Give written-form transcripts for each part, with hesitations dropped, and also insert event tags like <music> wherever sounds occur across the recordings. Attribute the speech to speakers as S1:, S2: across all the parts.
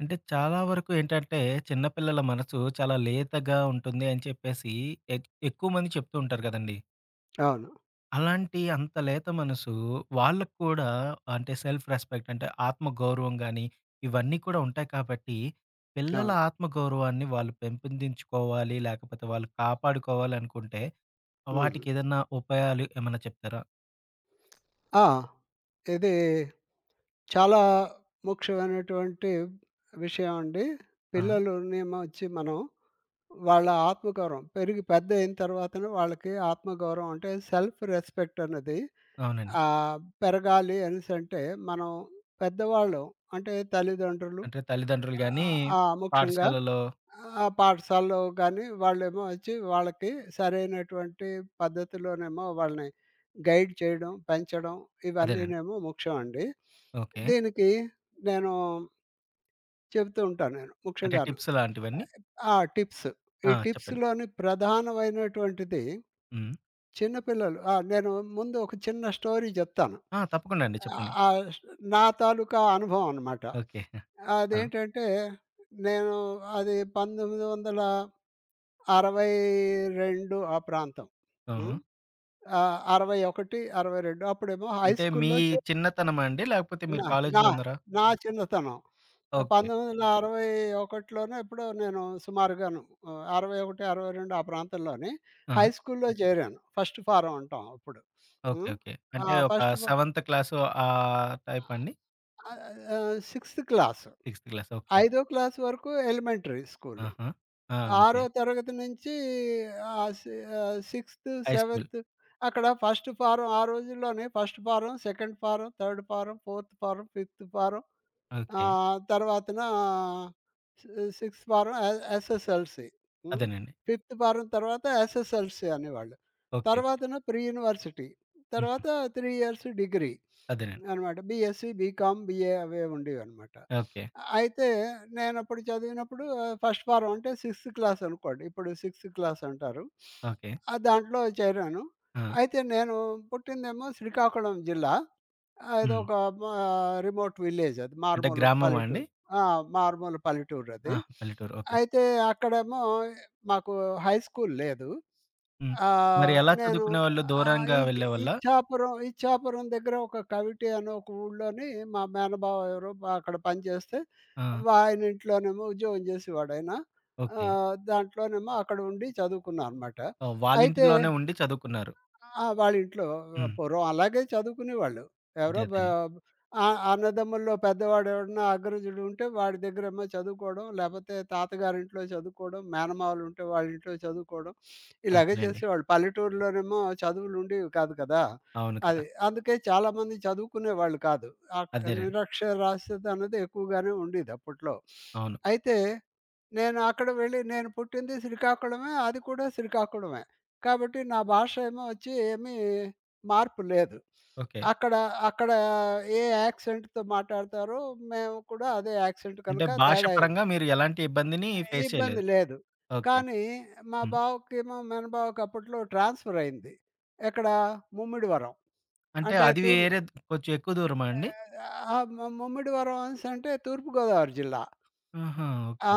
S1: అంటే చాలా వరకు ఏంటంటే, చిన్నపిల్లల మనసు చాలా లేతగా ఉంటుంది అని చెప్పేసి ఎక్కువ మంది చెప్తూ ఉంటారు కదండీ.
S2: అవును.
S1: అలాంటి అంత లేత మనసు వాళ్ళకి కూడా అంటే సెల్ఫ్ రెస్పెక్ట్ అంటే ఆత్మగౌరవం గాని, ఇవన్నీ కూడా ఉంటాయి కాబట్టి, పిల్లల
S2: అవును.
S1: ఆత్మగౌరవాన్ని వాళ్ళు పెంపొందించుకోవాలి, లేకపోతే వాళ్ళు కాపాడుకోవాలి అనుకుంటే,
S2: హ్మ్.
S1: వాటికేదన్నా ఉపాయాలు ఏమన్నా చెప్తారా?
S2: ఆ! ఇది చాలా ముఖ్యమైనటువంటి విషయం అండి.
S1: ఆ!
S2: పిల్లలునేమొచ్చి మనం వాళ్ళ ఆత్మగౌరవం పెరిగి పెద్దయిన తర్వాతను వాళ్ళకి ఆత్మగౌరవం అంటే సెల్ఫ్ రెస్పెక్ట్ అన్నది
S1: అవునండి.
S2: పెరగాలి అనేసంటే మనం పెద్దవాళ్ళం అంటే తల్లిదండ్రులు
S1: అంటే తల్లిదండ్రులు గాని,
S2: ఆహ్, ఆ! ముఖ్యంగా
S1: పాఠశాలలో
S2: ఆ పాఠశాలలో గాని వాళ్ళేమో వచ్చి వాళ్ళకి సరైనటువంటి పద్ధతిలోనేమో వాళ్ళని గైడ్ చేయడం, పెంచడం
S1: అదేనండి.
S2: ఇవన్నీనేమో ముఖ్యం అండి.
S1: ఓకే.
S2: దీనికి నేను చెబుతూ ఉంటాను నేను
S1: అంటే
S2: ముఖ్యంగాను.
S1: టిప్స్ లాంటివన్నీ?
S2: ఆ! టిప్స్.
S1: ఆ!
S2: ఈ
S1: చెప్పండి.
S2: టిప్స్‌లోని ప్రధానమైనటువంటిది
S1: హ్మ్.
S2: చిన్న పిల్లలు నేను ముందు ఒక చిన్న స్టోరీ చెప్తాను.
S1: ఆ! తప్పకుండా అండి.
S2: ఆహ్,
S1: చెప్పండి.
S2: ఆహ్, నా తాలూకా అనుభవం అనమాట.
S1: ఓకే. ఆ!
S2: అదేంటంటే నేను అది 1900 62 ఆ ప్రాంతం.
S1: హుహు.
S2: హ్మ్. 61, 62 అప్పుడేమో హై
S1: అంటే మీ
S2: స్కూల్‌లో చేస్తున్నా
S1: చిన్నతనమా అండి? లేకపోతే మీరు
S2: నా నా
S1: కాలేజీలో ఉన్నారా?
S2: నా చిన్నతనం.
S1: ఓకే.
S2: 1961లోనో ఎప్పుడో నేను సుమారుగాను 61, 62 ఆ ప్రాంతంలోని
S1: ఆ!
S2: హై స్కూల్‌లో చేరాను. ఫస్ట్ ఫారం అంటాం అప్పుడు.
S1: ఓకే.
S2: హ్మ్.
S1: ఓకే.
S2: ఆ!
S1: అంటే ఒక
S2: ఫస్ట్ ఫ
S1: సెవెంత్ క్లాసు ఆ టైపా అండి?
S2: ఆహ్, ఆహ్, 6థ్ class.
S1: Sixth class. Okay. Okay.
S2: ఐదో క్లాస్ వరకు ఎలిమెంటరీ స్కూలు.
S1: ఆహా! ఆ! ఓకే.
S2: ఆరో తరగతి నుంచి సిక్స్త్,
S1: హై స్కూల్.
S2: సెవెంత్ అక్కడ ఫస్ట్ ఫారం ఆ రోజుల్లోనే first form, second form, third form, fourth form, fifth form. ఆ!
S1: ఓకే.
S2: తర్వాతన సి సిక్స్త్ ఫారం ఎస్ఎస్ఎల్‌సి. హ్మ్.
S1: అదేనండి.
S2: ఫిఫ్త్ ఫారం తర్వాత ఎస్ఎస్ఎల్‌సి అనేవాళ్ళు.
S1: ఓకే. ఓకే.
S2: తర్వాతన ప్రీ యూనివర్సిటీ.
S1: హ్మ్.
S2: తర్వాత 3 ఇయర్స్ డిగ్రీ
S1: అదేనండి.
S2: అనమాట. బీఎస్సీ, బీకామ్, బీఏ అవే ఉండేవనమాట.
S1: ఓకే.
S2: అయితే నేనప్పుడు చదివినప్పుడు ఫస్ట్ ఫారం అంటే సిక్స్త్ క్లాస్ అనుకోండి. ఇప్పుడు సిక్స్త్ క్లాస్ అంటారు.
S1: ఓకే.
S2: దాంట్లో చేరాను.
S1: ఆ!
S2: అయితే నేను పుట్టిందేమో శ్రీకాకుళం జిల్లా.
S1: హ్మ్.
S2: అదొక మా రిమోట్ విలేజ్ అది.
S1: అంటే
S2: మారుమూల
S1: గ్రామమా అండి?
S2: పల్లెటూరు. ఆ! మారుమూల పల్లెటూరది.
S1: ఆహా! పల్లెటూరు. ఓకే.
S2: అయితే అక్కడేమో మాకు హై స్కూల్ లేదు.
S1: హ్మ్. మరి
S2: ఆహ్,
S1: ఎలా
S2: నేను
S1: చదువుకునేవాళ్ళు?
S2: ఆహ్,
S1: దూరంగా
S2: ఇచ్
S1: వెళ్ళేవాళ్ళా?
S2: ఇచ్ఛాపురం ఇచ్ఛాపురం దగ్గర ఒక కవిటి అనే ఒక ఊళ్ళోని మా మేనబావ ఎవరో అక్కడ పనిచేస్తే
S1: ఆ!
S2: ఆయన ఇంట్లోనేమో ఉద్యోగం చేసేవాడాయన.
S1: ఓకే.
S2: దాంట్లోనేమో అక్కడ ఉండి చదువుకున్నా అనమాట.
S1: ఆ! వాళ్ళ
S2: అయితే
S1: ఇంటిలోనే ఉండి చదువుకున్నారు.
S2: వాళ్ళింట్లో
S1: హ్మ్.
S2: పూర్వం అలాగే చదువుకునేవాళ్ళు.
S1: అదే.
S2: ఎవరో బ
S1: అదే.
S2: ఆ! అన్నదమ్ముల్లో పెద్దవాడు ఎవడన్నా అగ్రజుడు ఉంటే వాడి దగ్గరేమో చదువుకోవడం, లేపోతే తాతగారింట్లో చదువుకోవడం, మేనమామలుంటే వాళ్ళింట్లో చదువుకోవడం, ఇలాగే
S1: అంతేలెండి.
S2: చేసేవాళ్ళు. పల్లెటూరులోనేమో చదువులుండేవి కాదు కదా!
S1: అవును కదా!
S2: అది. అందుకే చాలామంది చదువుకునేవాళ్ళు కాదు.
S1: అదేనండి.
S2: నిరక్షరాస్యత అన్నది ఎక్కువగానే ఉండేది అప్పట్లో.
S1: అవును.
S2: అయితే నేను అక్కడ వెళ్ళి నేను పుట్టింది శ్రీకాకుళమే. అది కూడా శ్రీకాకుళమే. కాబట్టి నా భాష ఏమో వచ్చి ఏమీ మార్పు లేదు.
S1: ఓకే.
S2: అక్కడ అక్కడ ఏ యాక్సెంట్‌తో మాట్లాడతారో మేము కూడా అదే యాక్సెంట్
S1: అంటే
S2: కనుక
S1: భాష
S2: తేడా ఏం
S1: పరంగా మీరు ఎలాంటి ఇబ్బందిని ఫేస్ చేయలేదు.
S2: ఇబ్బంది లేదు.
S1: ఓకే.
S2: కానీ మా
S1: హ్మ్.
S2: బావకేమో మేనబావకి అప్పట్లో ట్రాన్స్‌ఫర్ అయింది. ఎక్కడ ముమ్మిడివరం.
S1: అంటే
S2: అంటే
S1: అది
S2: తూర్పు
S1: వేరే కొంచెం ఎక్కువ దూరమా అండి?
S2: ఆహ్, ఆ! ము ముమ్మిడివరం అనేసంటే తూర్పుగోదావరి జిల్లా.
S1: ఆహా!
S2: ఆ!
S1: ఓకే.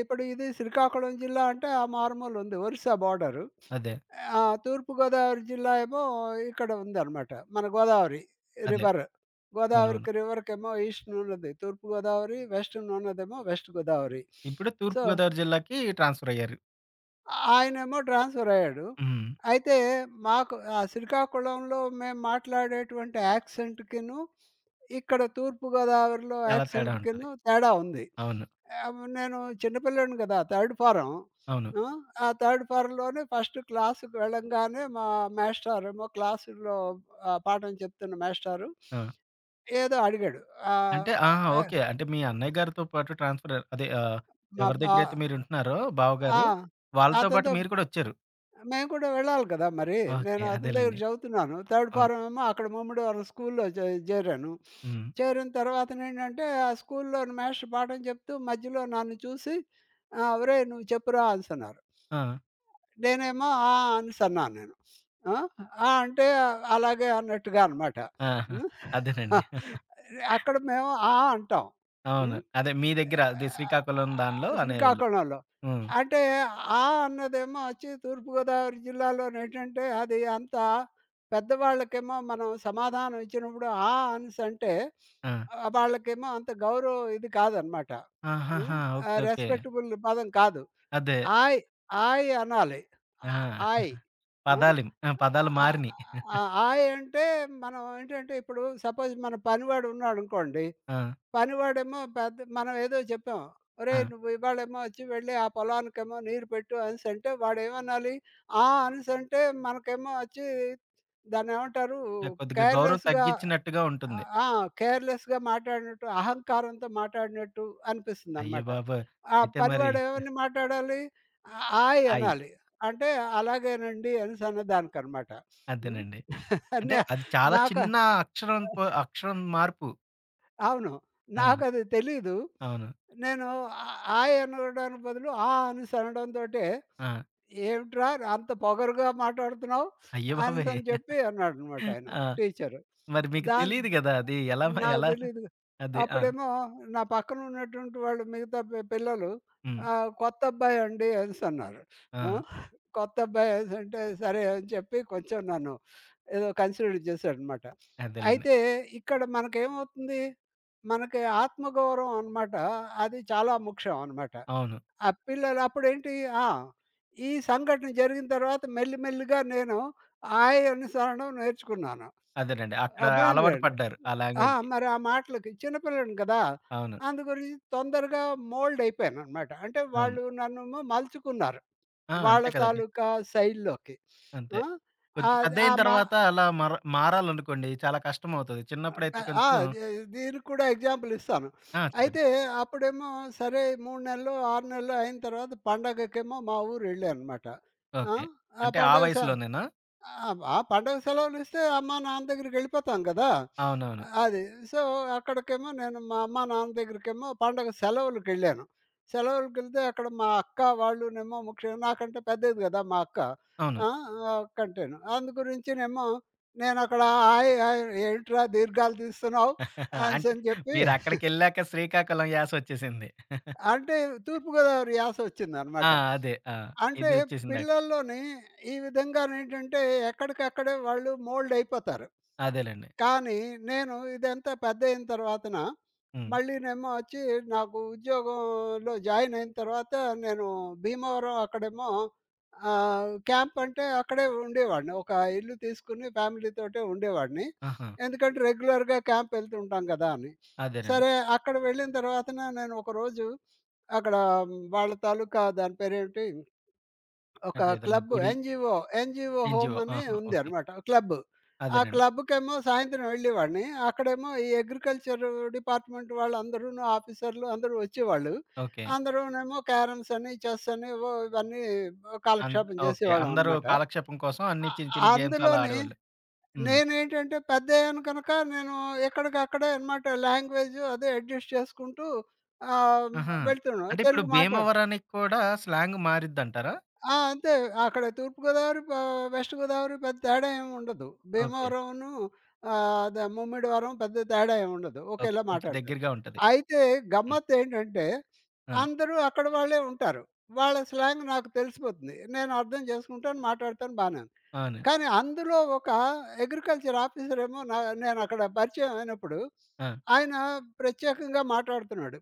S2: ఇప్పుడు ఇది శ్రీకాకుళం జిల్లా అంటే ఆ మారుమూలుంది ఒరిస్సా బోర్డరు.
S1: అదే.
S2: ఆ! తూర్పుగోదావరి జిల్లా ఏమో ఇక్కడ ఉందనమాట. మన గోదావరి
S1: అదే.
S2: రివర్.
S1: అవునవును.
S2: గోదావరికి రివర్‌కేమో ఈస్ట్‌నున్నది తూర్పుగోదావరి, వెస్ట్‌నున్నదేమో వెస్ట్ గోదావరి.
S1: ఇప్పుడు
S2: సో
S1: తూర్పుగోదావరి జిల్లాకి ట్రాన్స్‌ఫర్ అయ్యారు.
S2: ఆయనేమో ట్రాన్స్‌ఫర్ అయ్యాడు.
S1: హ్మ్.
S2: అయితే మాకు ఆ శ్రీకాకుళంలో మేము మాట్లాడేటువంటి యాక్సెంట్‌కిను, ఇక్కడ తూర్పు గోదావరిలో
S1: చాలా తేడా ఉంటది.
S2: యాక్సెంట్‌కిను తేడా ఉంది.
S1: అవును.
S2: నేను చిన్న పిల్లోడిని కదా! Third form.
S1: అవును.
S2: ఆ! ఆ థర్డ్ ఫారంలోనే ఫస్ట్ క్లాస్‌కి వెళ్ళంగానే మా మేస్టారేమో క్లాసులో పాఠం చెప్తున్న మేస్టారు
S1: ఆ!
S2: ఏదో అడిగాడు.
S1: అంటే ఆహా!
S2: ఆహ్,
S1: ఓకే. అంటే మీ అన్నయ్య గారితో పాటు ట్రాన్స్‌ఫర్ అదే
S2: మా
S1: ఎవరి
S2: బా
S1: దగ్గరైతే మీరుంటున్నారో
S2: ఆ!
S1: బావగారు, వాళ్ళతో పాటు
S2: అతనితో
S1: మీరు కూడా వచ్చారు.
S2: మేము కూడా వెళ్ళాలి కదా! మరి.
S1: ఓకే.
S2: నేను అతని దగ్గర
S1: అదేలెండి.
S2: చదువుతున్నాను. థర్డ్
S1: అవును.
S2: ఫారమ్ ఏమో అక్కడ ముమ్మడివరం స్కూల్‌లో జేరాను.
S1: హ్మ్.
S2: చేరిన తర్వాతనేంటంటే, ఆ స్కూల్‌లోని మాస్టర్ పాఠం చెప్తూ మధ్యలో నన్ను చూసి "ఒరేయ్! నువ్వు చెప్పురా" అనేసన్నారు.
S1: ఆ!
S2: నేనేమో "ఆ" అనేసన్నాను నేను. ఆ! ఆ అంటే అలాగే అన్నట్టుగా అన్నమాట.
S1: ఆహా!
S2: హ్మ్.
S1: అదేనండి.
S2: అక్కడ మేము ఆ అంటాం.
S1: అవును.
S2: హ్మ్.
S1: అదే మీ దగ్గర అదే శ్రీకాకుళం దానిలో అనేవాళ్ళు.
S2: శ్రీకాకుళంలో.
S1: హ్మ్.
S2: అంటే ఆ అన్నదేమో వచ్చి తూర్పుగోదావరి జిల్లాలోనేంటంటే అది అంత పెద్దవాళ్ళకేమో మనం సమాధానం ఇచ్చినప్పుడు ఆ అనేసంటే
S1: ఆ!
S2: వాళ్ళకేమో అంత గౌరవం ఇది కాదనమాట. హ్మ్.
S1: ఆహాహా! ఓకే. ఓకే.
S2: రెస్పెక్టబుల్ పదం కాదు.
S1: అదే.
S2: ఆయ్, ఆయ్ అనాలి. ఆ!
S1: ఆ!
S2: ఆయ్. ఆ!
S1: పదాలిం ఆ! పదాలు
S2: ఆహ్,
S1: మారినియి.
S2: ఆయ్ అంటే మనం ఏంటంటే ఇప్పుడు సపోజ్ మన పనివాడు ఉన్నాడనుకోండి
S1: ఆ!
S2: పనివాడేమో పెద్ద మనం ఏదో చెప్పాం.
S1: ఆ!
S2: "ఒరేయ్! నువ్వు ఇవాళేమో వచ్చి వెళ్ళి ఆ పొలానికేమో నీరు పెట్టు" అనేసంటే వాడేమనాలి? ఆ! అనేసంటే మనకేమో వచ్చి దాన్నేమంటారు?
S1: అంటే కొద్దిగా గౌరవం
S2: కేర్‌లెస్‌గా
S1: తగ్గిచ్చినట్టుగా ఉంటుంది.
S2: ఆహ్, ఆ! కేర్‌లెస్‌గా మాట్లాడినట్టు, అహంకారంతో మాట్లాడినట్టు అనిపిస్తుందనమాట.
S1: అయ్యబాబోయ్!
S2: ఆ
S1: అయితే మరి
S2: పనివాడు ఏమని మాట్లాడాలి? ఆయ్
S1: హాయి.
S2: అనాలి. అంటే అలాగేనండి అనేసన్న దానికనమాట. హ్మ్.
S1: అదేనండి.
S2: అన్న
S1: అంటే అది చాలా
S2: నాక
S1: చిన్న అక్షరం మార్పు.
S2: అవును.
S1: ఆ!
S2: నాకది తెలీదు.
S1: అవును.
S2: నేను ఆయ్ అనడానికి బదులు ఆ అనేసి అనడంతోటే,
S1: ఆ!
S2: "ఏమిట్రా అంత పొగరుగా మాట్లాడుతున్నావు"
S1: అయ్యబాబోయ్!
S2: అనేసని చెప్పి అన్నాడనమాట ఆయన
S1: ఆ!
S2: టీచరు.
S1: మరి మీకు
S2: దాన్
S1: తెలీదు గదా! అది ఎలా
S2: నాకు
S1: ఎలా
S2: తెలీదు.
S1: అదే. ఆ!
S2: అప్పుడేమో నా పక్కన ఉన్నటువంటి వాళ్ళు మిగతా పిల్లలు
S1: హ్మ్.
S2: "కొత్త అబ్బాయి అండి" అనేసన్నారు. ఆ!
S1: ఆ!
S2: కొత్త అబ్బాయి అనేసంటే సరే అని చెప్పి కొంచెం నన్ను ఏదో కన్సిడర్ చేశాడనమాట.
S1: అదేలెండి.
S2: అయితే ఇక్కడ మనకేమవుతుంది? మనకి ఆత్మగౌరవం అనమాట అది చాలా ముఖ్యం అనమాట.
S1: అవును.
S2: ఆ పిల్లలు అప్పుడేంటి ఆ! ఈ సంఘటన జరిగిన తర్వాత మెల్లి మెల్లిగా నేను ఆయ్ అనేసి అనడం నేర్చుకున్నాను.
S1: అదేనండి. అక్కడ
S2: అర్థమైంది
S1: అలవాటు
S2: కదండీ!
S1: పడ్డారు. ఆ
S2: ఆ!
S1: లాంగ్వేజ్‌కి.
S2: మరి ఆ మాటలకి చిన్నపిల్లని కదా!
S1: అవును.
S2: అందు గురించి తొందరగా మోల్డ్ అయిపోయాననమాట. అంటే
S1: అవును.
S2: వాళ్ళు నన్నేమో మలుచుకున్నారు.
S1: ఆ!
S2: వాళ్ళ
S1: అంతే కదండీ.
S2: తాలూకా శైలిలోకి.
S1: అంతే.
S2: ఆ!
S1: కొంచెం
S2: అది ఆ!
S1: పెద్దయిన
S2: మా
S1: తర్వాత అలా మారాలనుకోండి చాలా కష్టమవుతది. చిన్నప్పుడైతే
S2: ఆ!
S1: కొంచెం
S2: దీ దీనికి కూడా ఎగ్జాంపుల్ ఇస్తాను.
S1: ఆ! చెప్పండి.
S2: అయితే అప్పుడేమో సరే 3 నెలలు, 6 నెలలు అయిన తర్వాత పండగకేమో మా ఊరెళ్ళాననమాట. ఆ!
S1: ఓకే.
S2: ఆ
S1: అంటే ఆ
S2: పండగ స
S1: వయసులోనేనా?
S2: ఆ! ఆ పండగ సెలవులిస్తే అమ్మా, నాన్న దగ్గరికెళ్ళిపోతాం గదా!
S1: అవునవును.
S2: అది. సో, అక్కడికేమో నేను మా అమ్మా, నాన్న దగ్గరికేమో పండగ సెలవులకెళ్ళాను. సెలవులకెళ్తే అక్కడ మా అక్క వాళ్ళునేమో ముఖ్యంగా నాకంటే పెద్దది గదా మా అక్క.
S1: అవును.
S2: ఆ! కంటేను. అందు గురించినేమో నేనక్కడ హాయ్ హాయ్ ఏంట్రా దీర్ఘాలు తీస్తున్నావు
S1: <laughs> అంటే
S2: అనేసని చెప్పి
S1: మీరక్కడికెళ్ళాక శ్రీకాకుళం యాసొచ్చేసింది.
S2: అంటే తూర్పుగోదావరి
S1: ఆ!
S2: యాసొచ్చిందనమాట.
S1: అదే. ఆ!
S2: అంటే
S1: ఇది వచ్చేసిందక్
S2: పిల్లల్లోని ఈ విధంగానేంటంటే ఎక్కడికక్కడే వాళ్ళు మోల్డ్ అయిపోతారు.
S1: అదేలెండి.
S2: కానీ నేను ఇదంతా పెద్దయిన తర్వాతన
S1: హ్మ్.
S2: మళ్ళీనేమో వచ్చి నాకు ఉద్యోగంలో జాయిన్ అయిన తర్వాత నేను భీమవరం అక్కడేమో క్యాంప్ అంటే అక్కడే ఉండేవాడిని. ఒక ఇల్లు తీసుకొని ఫ్యామిలీతోటే ఉండేవాడిని.
S1: ఆహా!
S2: ఎందుకంటే రెగ్యులర్‌గా క్యాంప్ వెళ్తుంటాం కదా అని.
S1: అదేనండి.
S2: సరే అక్కడ వెళ్ళిన తర్వాతన నేను ఒకరోజు అక్కడ వాళ్ళ తాలూకా దాని పేరేంటి ఒక
S1: అంటే ఏదైనా
S2: క్లబ్
S1: గుడి,
S2: ఎన్‌జీఓ, ఎన్‌జీఓ
S1: ఎన్‌జీఓ.
S2: హోమ్ అని
S1: ఆహా!
S2: ఉంది
S1: ఓకే.
S2: అనమాట. క్లబ్. ఆ
S1: అదేనండి.
S2: క్లబ్‌కేమో సాయంత్రం వెళ్ళేవాడిని. అక్కడేమో ఈ అగ్రికల్చర్ డిపార్ట్‌మెంట్ వాళ్ళందరూను ఆఫీసర్‌లు అందరూ వచ్చేవాళ్ళు.
S1: ఓకే.
S2: అందరూనేమో క్యారమ్స్ అని, చెస్ అని ఏవో ఇవన్నీ
S1: అంత్
S2: కాలక్షేపం
S1: ఓకే.
S2: చేసేవాళ్ళం
S1: అందరూ
S2: అనమాట.
S1: కాలక్షేపం కోసం అన్ని
S2: అ
S1: చిన్న చిన్న గేమ్స్ అలా
S2: అందులోని
S1: ఆడేవాళ్ళు. హ్మ్.
S2: నేనేంటంటే పెద్దయ్యాను కనుక నేను ఎక్కడికక్కడే అనమాట లాంగ్వేజ్ అదే అడ్జస్ట్ చేసుకుంటూ ఆహ్,
S1: ఆహా!
S2: వెళ్తున్నాను.
S1: అంటే ఇప్పుడు
S2: తెలుగు మాట్లాడు
S1: భీమవరానికి కూడా స్లాంగ్ మారిద్దంటారా?
S2: ఆ! అంతే. అక్కడ తూర్పుగోదావరి, ప వెస్ట్ గోదావరి పెద్ద తేడా ఏమి ఉండదు.
S1: ఓకే.
S2: భీమవరంను ఆహ్, ద ముమ్మిడివరం పెద్ద తేడా ఏమి ఉండదు.
S1: ఓకే.
S2: ఒకేలా
S1: కొంచెం
S2: మాట్లాడతారు.
S1: దగ్గరగా ఉంటది.
S2: అయితే
S1: హ్మ్.
S2: గమ్మత్తేంటంటే,
S1: ఆ!
S2: అందరూ అక్కడి వాళ్ళే ఉంటారు. వాళ్ళ స్లాంగ్ నాకు తెలిసిపోతుంది. నేను అర్థం చేసుకుంటాను, మాట్లాడతాను బానే ఉంది.
S1: అవును.
S2: కానీ అందులో ఒక అగ్రికల్చర్ ఆఫీసర్ ఏమో నేను అక్కడ పరిచయం అయినప్పుడు,
S1: ఆ!
S2: ఆయన ప్రత్యేకంగా మాట్లాడుతున్నాడు.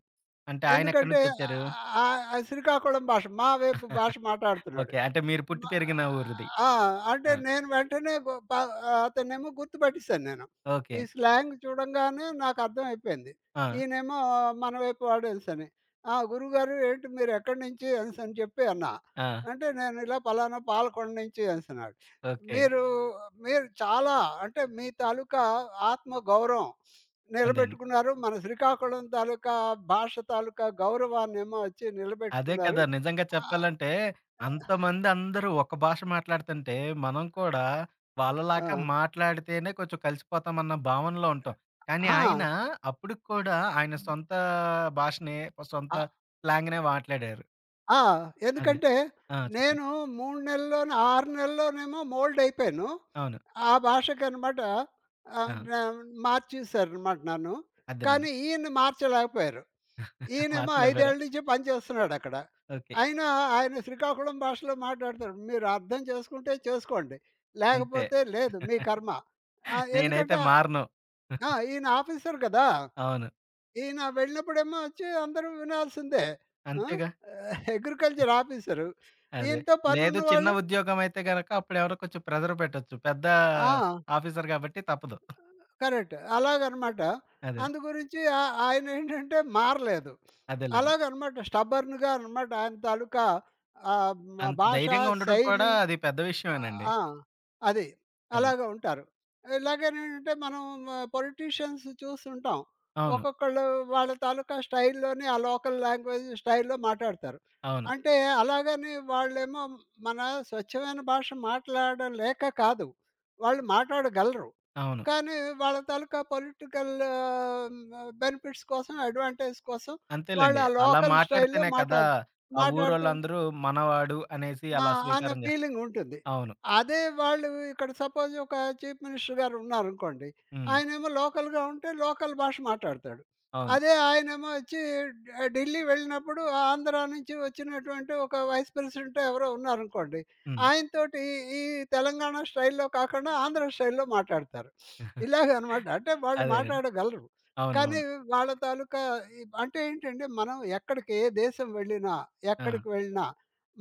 S1: అంటే ఆయనెక్కడి
S2: ఎందుకంటే
S1: నుంచొచ్చారు?
S2: ఆహ్, ఆహ్, శ్రీకాకుళం భాష, మా వైపు భాష
S1: <laughs>
S2: మాట్లాడుతున్నాడు.
S1: ఓకే. అంటే మీరు పుట్టి
S2: మా
S1: పెరిగిన ఊరిది.
S2: ఆ! అంటే
S1: ఆ!
S2: నేను వెంటనే గు ప అతన్నేమో గుర్తుపట్టేసాను నేను.
S1: ఓకే.
S2: ఈ స్లాంగ్ చూడంగానే నాకు అర్థమైపోయింది.
S1: ఆ!
S2: ఈయనేమో మన వైపు వాడేసని. "ఆ! గురువుగారు ఏంటి మీరు ఎక్కడి నుంచి?" అనేసని చెప్పి అన్నా.
S1: ఆ!
S2: అంటే నేను ఇలా పలానా పాలకొండ నుంచి అనేసన్నాడు.
S1: ఓకే.
S2: "మీరు మీరు చాలా అంటే మీ తాలూకా ఆత్మ గౌరవం
S1: అదే.
S2: నిలబెట్టుకున్నారు. మన శ్రీకాకుళం తాలూకా భాష తాలూకా గౌరవాన్నేమో వచ్చి
S1: అదే
S2: నిలబెట్టుకున్నారు."
S1: కదా! నిజంగా
S2: ఆహ్,
S1: చెప్పాలంటే
S2: ఆ!
S1: అంతమంది అందరూ ఒక భాష మాట్లాడుతుంటే, మనం కూడా వాళ్ళలాగా
S2: ఆ!
S1: మాట్లాడితేనే కొంచెం కలిసిపోతామన్న భావనలో ఉంటాం. కానీ
S2: ఆ!
S1: ఆయన అప్పటికి కూడా ఆయన సొంత భాషనే, సొంత
S2: అ
S1: స్లాంగ్‌నే మాట్లాడారు.
S2: ఆ!
S1: అదే.
S2: ఎందుకంటే
S1: ఆ! చెప్పండి.
S2: నేను 3 నెలల్లోనే, 6 నెలల్లోనేమో మోల్డ్ అయిపోయాను.
S1: అవును.
S2: ఆ భాషకనమాట ఆహ్,
S1: ఆ!
S2: న మార్చేసారనమాట నన్ను.
S1: అదేలెండి.
S2: కానీ ఈయన్ని మార్చలేకపోయారు. ఈయనేమో 5
S1: మార్చలేపోయారా?
S2: ఏళ్ల నుంచి పనిచేస్తున్నాడక్కడ.
S1: <laughs> ఓకే.
S2: అయినా ఆయన శ్రీకాకుళం భాషలో మాట్లాడతాడు. మీరు అర్థం చేసుకుంటే చేసుకోండి.
S1: అంతే.
S2: లేకపోతే లేదు మీ కర్మ.
S1: నేనైతే
S2: ఎందుకంటే
S1: మారను.
S2: ఆ! ఈయన ఆఫీసర్ కదా!
S1: అవును.
S2: ఈయన వెళ్ళినప్పుడేమో వచ్చి అందరూ వినాల్సిందే. ఆ!
S1: అంతేగా.
S2: Agriculture officer.
S1: అదే.
S2: ఈయనతో
S1: లేదు చిన్న
S2: పనున్నవాళ్ళు
S1: ఉద్యోగం అయితే గనక అప్పుడెవరో కొంచెం ప్రెషర్ పెట్టొచ్చు. పెద్ద
S2: ఆ!
S1: ఆఫీసర్ కాబట్టి తప్పదు.
S2: కరెక్ట్. అలాగనమాట.
S1: అదే.
S2: అందు గురించి ఆయనేంటంటే మారలేదు.
S1: అదేలెండి.
S2: అలాగనమాట. స్టబర్న్‌గా అనమాట ఆయన తాలూకా ఆహ్, మ
S1: అంత
S2: భాష,
S1: ధైర్యంగా ఉండడం కూడా
S2: శైలి
S1: అది పెద్ద విషయమేనండి.
S2: ఆ! అది.
S1: అది.
S2: అలాగా ఉంటారు. ఇలాగేనేంటంటే మనం పొలిటీషియన్స్ చూస్తుంటాం.
S1: అవును.
S2: ఒక్కొక్కళ్ళు వాళ్ళ తాలూకా స్టైల్‌లోనే ఆ లోకల్ లాంగ్వేజ్ స్టైల్‌లో మాట్లాడతారు.
S1: అవును.
S2: అంటే అలాగని వాళ్ళేమో మన స్వచ్ఛమైన భాష మాట్లాడడం లేక కాదు. వాళ్ళు మాట్లాడగలరు.
S1: అవును.
S2: కానీ వాళ్ళ తాలూకా పొలిటికల్ బెనిఫిట్స్ కోసం, అడ్వాంటేజ్ కోసం వాళ్ళు
S1: అంతేలెండి.
S2: ఆ
S1: అలా
S2: లోకల్ స్టైల్‌లో
S1: మాట్లాడితేనే కదా! ఆ
S2: మాట్లాడుతూ
S1: ఊరోళ్ళందరూ మనవాడు అనేసి
S2: మా
S1: అలా
S2: అన్న
S1: స్వీకారం చేస్తారు.
S2: ఫీలింగుంటుంది.
S1: అవును.
S2: అదే వాళ్ళు ఇక్కడ సపోజ్ ఒక చీఫ్ మినిస్టర్ గారు ఉన్నారనుకోండి.
S1: హ్మ్.
S2: ఆయనేమో లోకల్‌గా ఉంటే లోకల్ భాష మాట్లాడతాడు.
S1: అవును.
S2: అదే ఆయనేమో వచ్చి ఢిల్లీ వెళ్ళినప్పుడు ఆ ఆంధ్ర నుంచి వచ్చినటువంటి ఒక వైస్ ప్రెసిడెంటో ఎవరో ఉన్నారనుకోండి.
S1: హ్మ్.
S2: ఆయనతోటి ఈ తెలంగాణ స్టైల్‌లో కాకుండా ఆంధ్ర స్టైల్‌లో మాట్లాడతారు.
S1: <laughs>
S2: ఇలాగనమాట. అంటే వాళ్ళు
S1: అదేనండి.
S2: మాట్లాడగలరు. కానీ
S1: అవునవును.
S2: వాళ్ళ తాలూకా అంటే ఏంటంటే మనం ఎక్కడికి ఏ దేశం వెళ్ళినా,
S1: ఆ!
S2: ఎక్కడికి వెళ్ళినా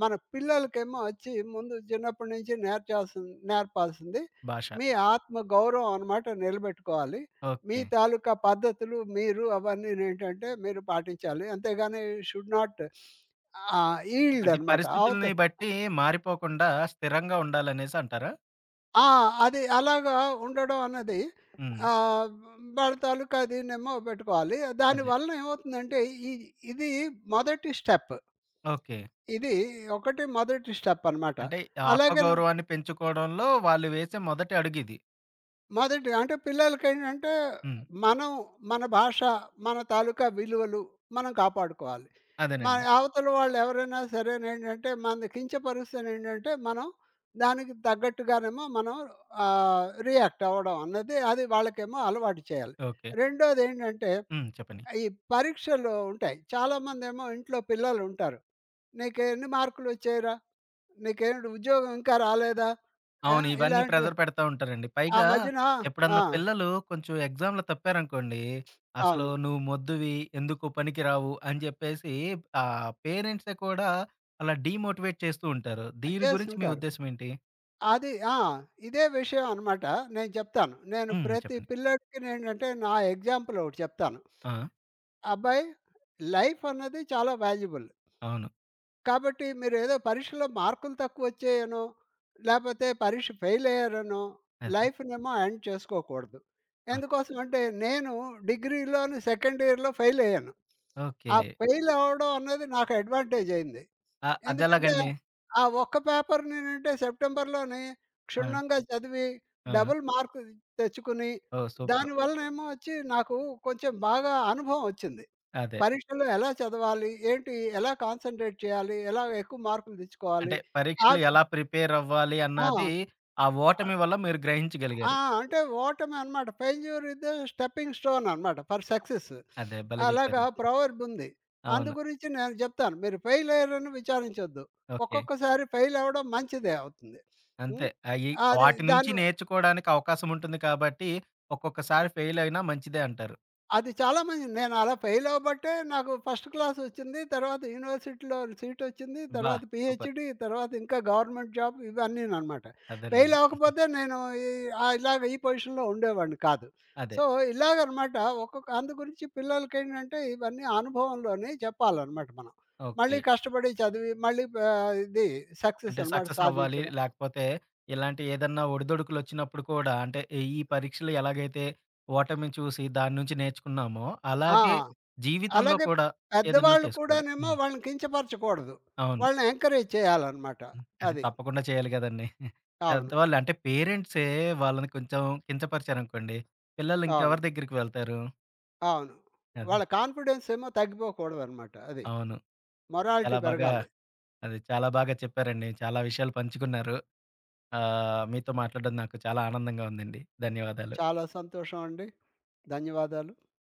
S2: మన పిల్లలకేమో వచ్చి ముందు చిన్నప్పటి నుంచి నేర్చాల్సింది నేర్పాల్సింది
S1: భాష.
S2: మీ ఆత్మ గౌరవం అనమాట నిలబెట్టుకోవాలి. మీ
S1: ఓకే.
S2: తాలూకా పద్ధతులు, మీరు అవన్నీనేంటంటే మీరు పాటించాలి. అంతేగాని షుడ్ నాట్ ఈల్డ్
S1: అంటే
S2: అనమాట. అవత
S1: పరిస్థితుల్ని బట్టి మారిపోకుండా స్థిరంగా ఉండాలనేసి అంటారా?
S2: ఆ! అది అలాగా ఉండడం అన్నది
S1: హ్మ్.
S2: ఆహ్, వాళ్ళ తాలూకా దీన్నేమో పెట్టుకోవాలి.
S1: అదే.
S2: దానివల్ల ఏమవుతుందంటే ఇ ఇది మొదటి స్టెప్.
S1: ఓకే.
S2: ఇది ఒకటి మొదటి స్టెప్ అనమాట.
S1: అంటే
S2: అలాగను
S1: ఆత్మగౌరవాన్ని పెంచుకోవడంలో వాళ్ళు వేసే మొదటి అడుగిది.
S2: మొదటిగా అంటే పిల్లలకేంటంటే,
S1: హ్మ్.
S2: మనం మన భాష, మన తాలూకా విలువలు మనం కాపాడుకోవాలి. మన
S1: అదేనండి.
S2: అవతల వాళ్ళు ఎవరైనా సరేనేంటంటే, మనల్ని కించపరుస్తేనేంటంటే, మనం దానికి తగ్గట్టుగానేమో మనం రియాక్ట్ అవ్వడం అన్నది అది వాళ్ళకేమో అలవాటు చేయాలి.
S1: ఓకే.
S2: రెండోదేంటంటే,
S1: హ్మ్. చెప్పండి.
S2: ఈ పరీక్షలు ఉంటాయి. చాలామందేమో ఇంట్లో పిల్లలుంటారు. "నీకెన్ని మార్కులొచ్చాయిరా? నీకేంటి ఉద్యోగం ఇంకా రాలేదా?" ఆ!
S1: అవును. ఇవన్నీ
S2: ఇలాంటివి
S1: ప్రెషర్ పెడతా ఉంటారండి.
S2: ఆ
S1: పైగా
S2: మధ్యన ఆ!
S1: ఎప్పుడన్నా పిల్లలు కొంచెం ఎగ్జామ్‌లో తప్పారనుకోండి, అసలు
S2: అవును.
S1: నువ్వు మొద్దువి, ఎందుకు పనికిరావు అని జెప్పేసి పేరెంట్సే కూడా అలా డీమోటివేట్ చేస్తూ ఉంటారు. దీని గురించి మీ
S2: చేస్తుంటారు.
S1: ఉద్దేశ్యం ఏంటి?
S2: అది ఆ! ఇదే విషయం అనమాట నేను చెప్తాను. నేను
S1: హ్మ్.
S2: ప్రతి
S1: చెప్పండి.
S2: పిల్లోడికి నేంటంటే నా ఎగ్జాంపుల్ ఒకటి చెప్తాను.
S1: ఆ!
S2: అబ్బాయి లైఫ్ అన్నది చాలా వాల్యుబుల్.
S1: అవును.
S2: కాబట్టి మీరేదో పరీక్షలో మార్కులు తక్కువొచ్చాయనో, లేపోతే పరీక్ష ఫెయిల్ అయ్యారనో
S1: అదే.
S2: లైఫ్‌నేమో ఎండ్ చేసుకోకూడదు.
S1: అవును.
S2: ఎందుకోసం అంటే నేను డిగ్రీలోని సెకండ్ ఇయర్‌లో ఫెయిల్ అయ్యాను.
S1: ఓకే.
S2: ఆ ఫెయిల్ అవ్వడం అన్నది నాకు అడ్వాంటేజ్ అయింది. ఎందుకంటే,
S1: అదెలాగండి?
S2: ఆ ఒక్క పేపర్ నేనంటే సెప్టెంబర్‌లోని
S1: ఆ!
S2: క్షుణ్ణంగా చదివి,
S1: ఆ!
S2: డబుల్ మార్క్ తెచ్చుకుని,
S1: ఓహ్! సూపర్.
S2: దానివలనేమో వచ్చి నాకు కొంచెం బాగా అనుభవం వచ్చింది.
S1: అదే.
S2: పరీక్షలో ఎలా చదవాలి? ఏంటి? ఎలా కాన్సంట్రేట్ చేయాలి? ఎలా ఎక్కువ మార్కులు తెచ్చుకోవాలి?
S1: అంటే
S2: ఆ!
S1: పరీక్షలు ఎలా ప్రిపేర్ అవ్వాలి
S2: వి ఆ!
S1: అన్నది ఆ ఓటమి వల్ల మీరు
S2: ఆ!
S1: గ్రహించగలిగారు.
S2: అంటే ఓటమి అనమాట. Failure is the stepping stone అనమాట ఫర్ సక్సెస్.
S1: అదే భలే
S2: అలాగా
S1: జెప్పారు.
S2: ప్రొవర్బ్ ఉంది. అందు
S1: అవును.
S2: గురించి నేను చెప్తాను. మీరు ఫెయిల్ అయ్యారని విచారించొద్దు.
S1: ఓకే.
S2: ఒక్కొక్కసారి ఫెయిల్ అవ్వడం మంచిదే అవుతుంది.
S1: అంతే.
S2: హ్మ్.
S1: అయి
S2: అది
S1: వాటి నుంచి
S2: దాని
S1: నేర్చుకోవడానికి అవకాశం ఉంటుంది కాబట్టి, ఒక్కొక్కసారి ఫెయిల్ అయినా మంచిదే అంటారు.
S2: అది చాలా మంది నేను అలా ఫెయిల్ అవ్వబట్టే నాకు ఫస్ట్ క్లాస్ వచ్చింది. తర్వాత యూనివర్సిటీలో సీట్ వచ్చింది.
S1: అబ్బా!
S2: తర్వాత
S1: సూపర్.
S2: పీహెచ్‌డీ, తర్వాత ఇంకా గవర్నమెంట్ జాబ్ ఇవన్నీననమాట. ఫెయిల్
S1: అదేనండి.
S2: అవ్వకపోతే నేను ఈ ఇలాగ ఈ పొజిషన్‌లో ఉండేవాడిని కాదు.
S1: అదే.
S2: సో, ఇలాగనమాట ఒక్కొక్క అందు గురించి పిల్లలకేంటంటే ఇవన్నీ అనుభవంలోనే చెప్పాలనమాట మనం.
S1: ఓకే.
S2: మళ్ళీ కష్టపడి చదివి మళ్ళీ ఆహ్, ఇది సక్సెస్
S1: అంటే
S2: అనమాట
S1: సక్సెస్ అవ్వాలి.
S2: సాధించడం.
S1: లేకపోతే ఇలాంటి ఏదన్నా ఒడిదొడుకులొచ్చినప్పుడు కూడా అంటే ఈ పరీక్షలు ఎలాగైతే ఓటమిని చూసి దాని నుంచి నేర్చుకున్నామో,
S2: ఆ!
S1: అలాగే జీవితంలో
S2: అలాగే
S1: కూడా ఏదన్నా
S2: పెద్దవాళ్ళు
S1: చేసుకోవాలి.
S2: కూడానేమో
S1: హ్మ్.
S2: వాళ్ళని కించపరచకూడదు.
S1: అవును.
S2: వాళ్ళని ఎంకరేజ్ చేయాలనమాట.
S1: హ్మ్. అది
S2: అది.
S1: తప్పకుండా చేయాలి గదండీ!
S2: అవును.
S1: పెద్దవాళ్ళు అంటే పేరెంట్సే వాళ్ళని కొంచెం కించపరిచారనుకోండి, పిల్లలు
S2: అవును.
S1: ఇంకెవరి దగ్గరికి వెళ్తారు?
S2: అవును.
S1: అది.
S2: వాళ్ళ కాన్ఫిడెన్స్ ఏమో తగ్గిపోకూడదనమాట అది.
S1: అవును. చాలా
S2: మొరాలిటీ
S1: బాగా
S2: పెరగాలి.
S1: అది చాలా బాగా చెప్పారండి. చాలా విషయాలు పంచుకున్నారు. ఆహ్, మీతో మాట్లాడడం నాకు చాలా ఆనందంగా ఉందండి. ధన్యవాదాలు.
S2: చాలా సంతోషం అండి. ధన్యవాదాలు.